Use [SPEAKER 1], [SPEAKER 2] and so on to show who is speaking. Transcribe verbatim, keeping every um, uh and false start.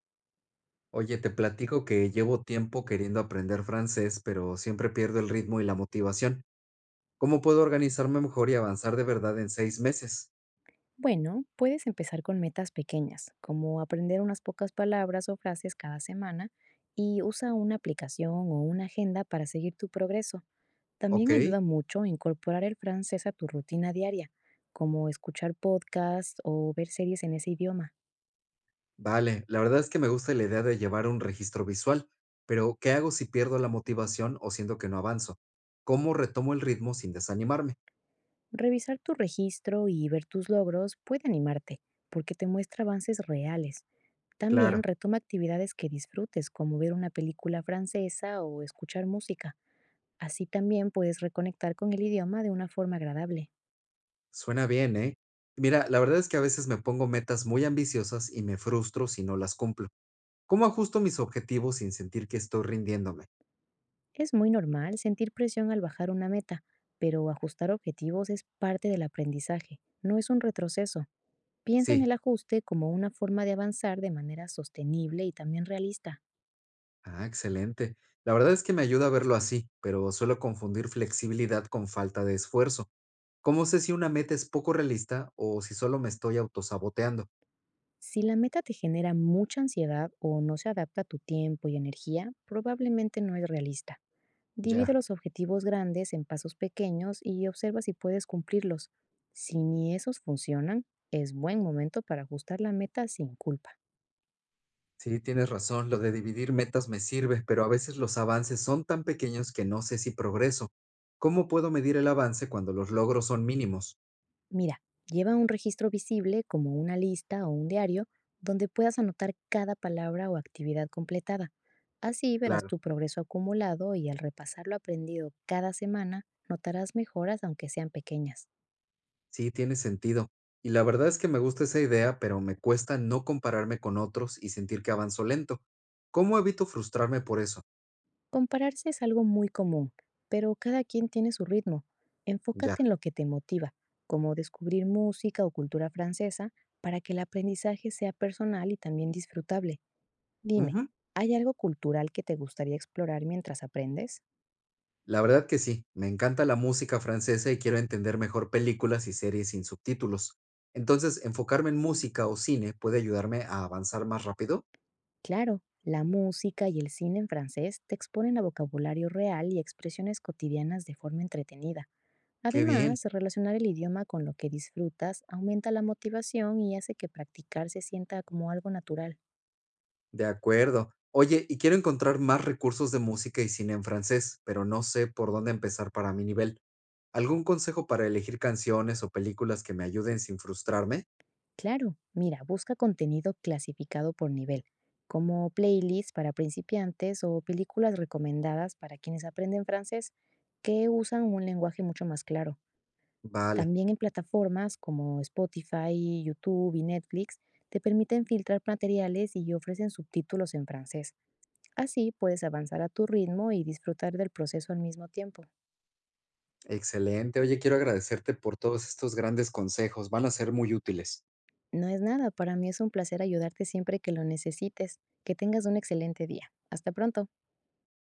[SPEAKER 1] Oye, te platico que llevo tiempo queriendo aprender francés, pero siempre pierdo el ritmo y la motivación. ¿Cómo puedo organizarme mejor y avanzar de verdad en seis meses?
[SPEAKER 2] Bueno, puedes empezar con metas pequeñas, como aprender unas pocas palabras o frases cada semana y usa una aplicación o una agenda para seguir tu progreso.
[SPEAKER 1] Ok,
[SPEAKER 2] También ayuda mucho incorporar el francés a tu rutina diaria, como escuchar podcasts o ver series en ese idioma.
[SPEAKER 1] vale, la verdad es que me gusta la idea de llevar un registro visual, pero ¿qué hago si pierdo la motivación o siento que no avanzo? ¿Cómo retomo el ritmo sin desanimarme?
[SPEAKER 2] Revisar tu registro y ver tus logros puede animarte, porque te muestra avances reales. También
[SPEAKER 1] Claro,
[SPEAKER 2] retoma actividades que disfrutes, como ver una película francesa o escuchar música. Así también puedes reconectar con el idioma de una forma agradable.
[SPEAKER 1] suena bien, ¿eh? Mira, la verdad es que a veces me pongo metas muy ambiciosas y me frustro si no las cumplo. ¿Cómo ajusto mis objetivos sin sentir que estoy rindiéndome?
[SPEAKER 2] Es muy normal sentir presión al bajar una meta, pero ajustar objetivos es parte del aprendizaje, no es un retroceso. Piensa en
[SPEAKER 1] Sí.
[SPEAKER 2] el ajuste como una forma de avanzar de manera sostenible y también realista.
[SPEAKER 1] Ah, excelente. La verdad es que me ayuda a verlo así, pero suelo confundir flexibilidad con falta de esfuerzo. ¿Cómo sé si una meta es poco realista o si solo me estoy autosaboteando?
[SPEAKER 2] Si la meta te genera mucha ansiedad o no se adapta a tu tiempo y energía, probablemente no es realista. Divide
[SPEAKER 1] Ya,
[SPEAKER 2] los objetivos grandes en pasos pequeños y observa si puedes cumplirlos. Si ni esos funcionan, es buen momento para ajustar la meta sin culpa.
[SPEAKER 1] sí, tienes razón, lo de dividir metas me sirve, pero a veces los avances son tan pequeños que no sé si progreso. ¿Cómo puedo medir el avance cuando los logros son mínimos?
[SPEAKER 2] Mira, lleva un registro visible como una lista o un diario donde puedas anotar cada palabra o actividad completada. Así verás
[SPEAKER 1] Claro,
[SPEAKER 2] tu progreso acumulado y al repasar lo aprendido cada semana, notarás mejoras aunque sean pequeñas.
[SPEAKER 1] sí, tiene sentido. Y la verdad es que me gusta esa idea, pero me cuesta no compararme con otros y sentir que avanzo lento. ¿Cómo evito frustrarme por eso?
[SPEAKER 2] Compararse es algo muy común, pero cada quien tiene su ritmo.
[SPEAKER 1] Ya.
[SPEAKER 2] Enfócate en lo que te motiva, como descubrir música o cultura francesa, para que el aprendizaje sea personal y también disfrutable. Dime,
[SPEAKER 1] Ujú.
[SPEAKER 2] ¿hay algo cultural que te gustaría explorar mientras aprendes?
[SPEAKER 1] La verdad que sí, me encanta la música francesa y quiero entender mejor películas y series sin subtítulos. Entonces, enfocarme en música o cine puede ayudarme a avanzar más rápido.
[SPEAKER 2] Claro, la música y el cine en francés te exponen a vocabulario real y expresiones cotidianas de forma entretenida.
[SPEAKER 1] Qué bien,
[SPEAKER 2] Además, relacionar el idioma con lo que disfrutas aumenta la motivación y hace que practicar se sienta como algo natural.
[SPEAKER 1] de acuerdo. Oye, y quiero encontrar más recursos de música y cine en francés, pero no sé por dónde empezar para mi nivel. ¿Algún consejo para elegir canciones o películas que me ayuden sin frustrarme?
[SPEAKER 2] Claro, mira, busca contenido clasificado por nivel, como playlists para principiantes o películas recomendadas para quienes aprenden francés que usan un lenguaje mucho más claro.
[SPEAKER 1] Vale,
[SPEAKER 2] También en plataformas como Spotify, YouTube y Netflix te permiten filtrar materiales y ofrecen subtítulos en francés. Así puedes avanzar a tu ritmo y disfrutar del proceso al mismo tiempo.
[SPEAKER 1] excelente. Oye, quiero agradecerte por todos estos grandes consejos, van a ser muy útiles.
[SPEAKER 2] No es nada, para mí es un placer ayudarte siempre que lo necesites. Que tengas un excelente día. Hasta pronto.